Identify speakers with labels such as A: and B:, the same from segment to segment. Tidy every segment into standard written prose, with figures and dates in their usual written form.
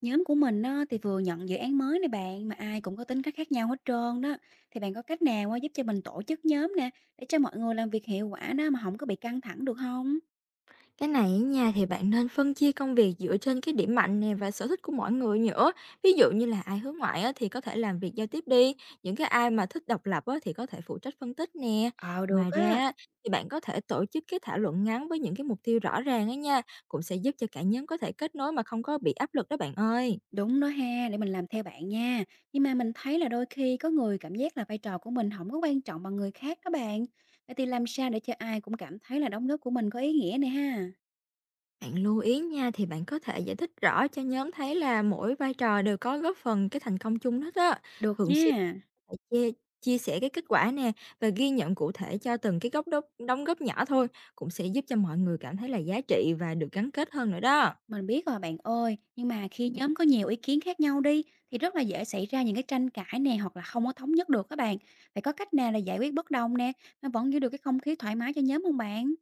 A: Nhóm của mình á, thì vừa nhận dự án mới này bạn, mà ai cũng có tính cách khác nhau hết trơn đó. Thì bạn có cách nào á, giúp cho mình tổ chức nhóm nè, để cho mọi người làm việc hiệu quả đó mà không có bị căng thẳng được không?
B: Cái này á nha thì bạn nên phân chia công việc dựa trên cái điểm mạnh nè và sở thích của mỗi người nữa. Ví dụ như là ai hướng ngoại á, thì có thể làm việc giao tiếp đi, những cái ai mà thích độc lập á, thì có thể phụ trách phân tích nè.
A: Ờ, được
B: Ngoài ra
A: á.
B: á, thì bạn có thể tổ chức cái thảo luận ngắn với những cái mục tiêu rõ ràng á nha, cũng sẽ giúp cho cả nhóm có thể kết nối mà không có bị áp lực đó bạn ơi.
A: Đúng đó ha, để mình làm theo bạn nha. Nhưng mà mình thấy là đôi khi có người cảm giác là vai trò của mình không có quan trọng bằng người khác đó bạn. Vậy thì làm sao để cho ai cũng cảm thấy là đóng góp của mình có ý nghĩa này ha?
B: Bạn lưu ý nha thì bạn có thể giải thích rõ cho nhóm thấy là mỗi vai trò đều có góp phần cái thành công chung hết á.
A: Được
B: Thường xuyên
A: nha.
B: Phải chia chia sẻ cái kết quả nè và ghi nhận cụ thể cho từng cái góc đốc đóng góp nhỏ thôi cũng sẽ giúp cho mọi người cảm thấy là giá trị và được gắn kết hơn nữa đó.
A: Mình biết rồi bạn ơi, nhưng mà khi nhóm có nhiều ý kiến khác nhau đi, thì rất là dễ xảy ra những cái tranh cãi nè, hoặc là không có thống nhất được các bạn. Vậy có cách nào là giải quyết bất đồng nè mà vẫn giữ được cái không khí thoải mái cho nhóm không bạn?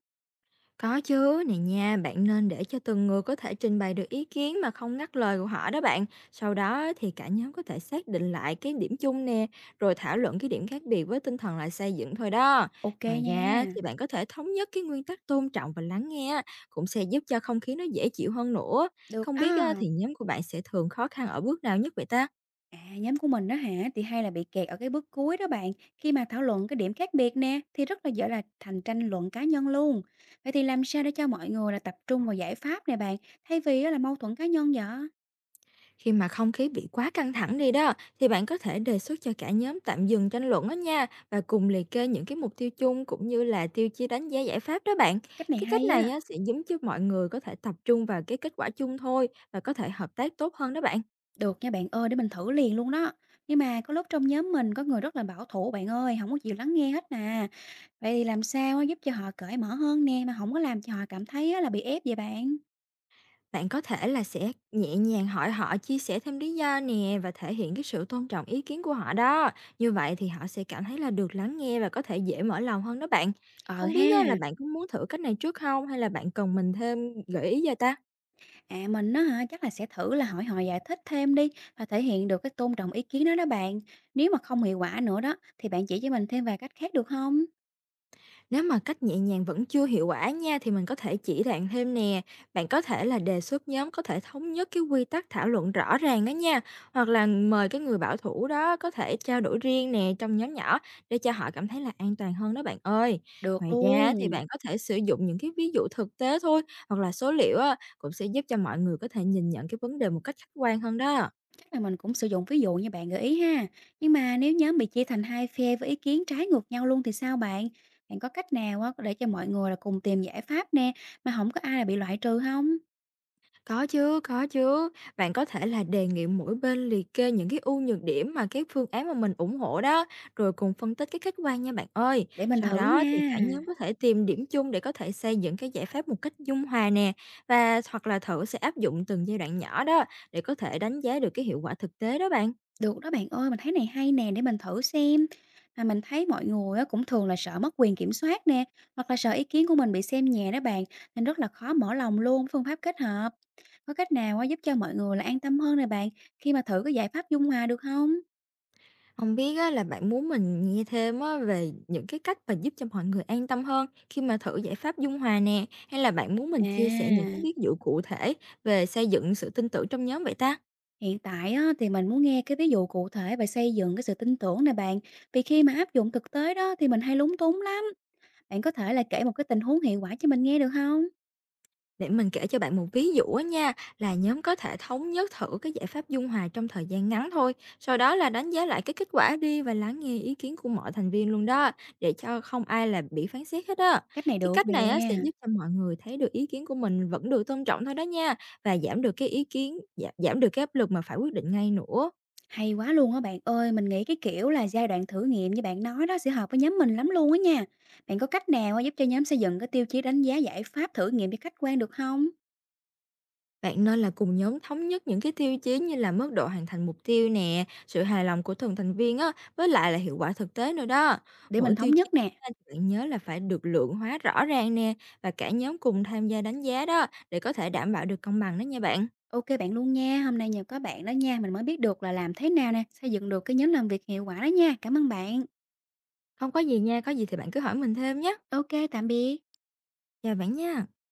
B: Có chứ, này nha, bạn nên để cho từng người có thể trình bày được ý kiến mà không ngắt lời của họ đó bạn. Sau đó thì cả nhóm có thể xác định lại cái điểm chung nè, rồi thảo luận cái điểm khác biệt với tinh thần là xây dựng thôi đó.
A: Ok
B: Ngoài ra thì
A: nha,
B: bạn có thể thống nhất cái nguyên tắc tôn trọng và lắng nghe á, cũng sẽ giúp cho không khí nó dễ chịu hơn nữa.
A: được
B: Không
A: đó.
B: biết á, thì nhóm của bạn sẽ thường khó khăn ở bước nào nhất vậy ta?
A: À, nhóm của mình đó hả, thì hay là bị kẹt ở cái bước cuối đó bạn. Khi mà thảo luận cái điểm khác biệt nè, thì rất là dễ là thành tranh luận cá nhân luôn. Vậy thì làm sao để cho mọi người là tập trung vào giải pháp nè bạn, thay vì á là mâu thuẫn cá nhân vậy?
B: Khi mà không khí bị quá căng thẳng đi đó, thì bạn có thể đề xuất cho cả nhóm tạm dừng tranh luận đó nha và cùng liệt kê những cái mục tiêu chung cũng như là tiêu chí đánh giá giải pháp đó bạn.
A: Cách này
B: Cái cách
A: hay
B: này
A: á.
B: á, sẽ giúp cho mọi người có thể tập trung vào cái kết quả chung thôi và có thể hợp tác tốt hơn đó bạn.
A: Được nha bạn ơi, để mình thử liền luôn đó. Nhưng mà có lúc trong nhóm mình có người rất là bảo thủ bạn ơi, không có chịu lắng nghe hết nè. Vậy thì làm sao á giúp cho họ cởi mở hơn nè, mà không có làm cho họ cảm thấy á là bị ép vậy bạn?
B: Bạn có thể là sẽ nhẹ nhàng hỏi họ chia sẻ thêm lý do nè và thể hiện cái sự tôn trọng ý kiến của họ đó. Như vậy thì họ sẽ cảm thấy là được lắng nghe và có thể dễ mở lòng hơn đó bạn.
A: Ờ
B: Không
A: ha.
B: biết á, là bạn có muốn thử cách này trước không, hay là bạn cần mình thêm gợi ý cho ta?
A: À, mình á hả, chắc là sẽ thử là hỏi họ giải thích thêm đi, và thể hiện được cái tôn trọng ý kiến đó đó bạn. Nếu mà không hiệu quả nữa đó, thì bạn chỉ cho mình thêm vài cách khác được không?
B: Nếu mà cách nhẹ nhàng vẫn chưa hiệu quả nha, thì mình có thể chỉ bạn thêm nè. Bạn có thể là đề xuất nhóm có thể thống nhất cái quy tắc thảo luận rõ ràng đó nha. Hoặc là mời cái người bảo thủ đó có thể trao đổi riêng nè trong nhóm nhỏ, để cho họ cảm thấy là an toàn hơn đó bạn ơi.
A: Được
B: Ngoài ra thì
A: luôn.
B: bạn có thể sử dụng những cái ví dụ thực tế thôi, hoặc là số liệu á, cũng sẽ giúp cho mọi người có thể nhìn nhận cái vấn đề một cách khách quan hơn đó.
A: Là mình cũng sử dụng ví dụ như bạn gợi ý ha. Nhưng mà nếu nhóm bị chia thành hai phe với ý kiến trái ngược nhau luôn thì sao bạn? Bạn có cách nào á để cho mọi người là cùng tìm giải pháp nè, mà không có ai là bị loại trừ không?
B: Có chứ, có chứ. Bạn có thể là đề nghị mỗi bên liệt kê những cái ưu nhược điểm mà cái phương án mà mình ủng hộ đó, rồi cùng phân tích cái kết quả nha bạn ơi.
A: Để mình
B: Sau
A: thử
B: đó thì cả
A: nha.
B: nhóm có thể tìm điểm chung để có thể xây dựng cái giải pháp một cách dung hòa nè, và hoặc là thử sẽ áp dụng từng giai đoạn nhỏ đó, để có thể đánh giá được cái hiệu quả thực tế đó bạn.
A: Được đó bạn ơi, mình thấy này hay nè, để mình thử xem. Mà mình thấy mọi người á cũng thường là sợ mất quyền kiểm soát nè, hoặc là sợ ý kiến của mình bị xem nhẹ đó bạn, nên rất là khó mở lòng luôn với phương pháp kết hợp. Có cách nào á giúp cho mọi người là an tâm hơn nè bạn, khi mà thử cái giải pháp dung hòa được không?
B: Hông biết á, là bạn muốn mình nghe thêm á về những cái cách mà giúp cho mọi người an tâm hơn khi mà thử giải pháp dung hòa nè, hay là bạn muốn mình chia sẻ những cái
A: À,
B: ví dụ cụ thể về xây dựng sự tin tưởng trong nhóm vậy ta?
A: hiện tại á, thì mình muốn nghe cái ví dụ cụ thể về xây dựng cái sự tin tưởng này bạn. Vì khi mà áp dụng thực tế đó thì mình hay lúng túng lắm. Bạn có thể là kể một cái tình huống hiệu quả cho mình nghe được không?
B: Để mình kể cho bạn một ví dụ á nha, là nhóm có thể thống nhất thử cái giải pháp dung hòa trong thời gian ngắn thôi, sau đó là đánh giá lại cái kết quả đi và lắng nghe ý kiến của mọi thành viên luôn đó, để cho không ai là bị phán xét hết á.
A: Cách này
B: Cái
A: được
B: cách này á
A: nè.
B: sẽ giúp cho mọi người thấy được ý kiến của mình vẫn được tôn trọng thôi đó nha, và giảm được cái áp lực mà phải quyết định ngay nữa.
A: Hay quá luôn á bạn ơi. Mình nghĩ cái kiểu là giai đoạn thử nghiệm như bạn nói đó sẽ hợp với nhóm mình lắm luôn á nha. Bạn có cách nào á giúp cho nhóm xây dựng cái tiêu chí đánh giá giải pháp thử nghiệm cho khách quan được không?
B: Bạn nên là cùng nhóm thống nhất những cái tiêu chí như là mức độ hoàn thành mục tiêu nè, sự hài lòng của từng thành viên á, với lại là hiệu quả thực tế nữa đó.
A: Để
B: Mỗi
A: mình thống
B: tiêu chí
A: nhất nè.
B: á, thì bạn nhớ là phải được lượng hóa rõ ràng nè và cả nhóm cùng tham gia đánh giá đó, để có thể đảm bảo được công bằng đó nha bạn.
A: Ok bạn luôn nha. Hôm nay nhờ có bạn đó nha, mình mới biết được là làm thế nào nè, xây dựng được cái nhóm làm việc hiệu quả đó nha. Cảm ơn bạn.
B: Không có gì nha, có gì thì bạn cứ hỏi mình thêm nhé.
A: Ok, tạm biệt.
B: Chào bạn nha.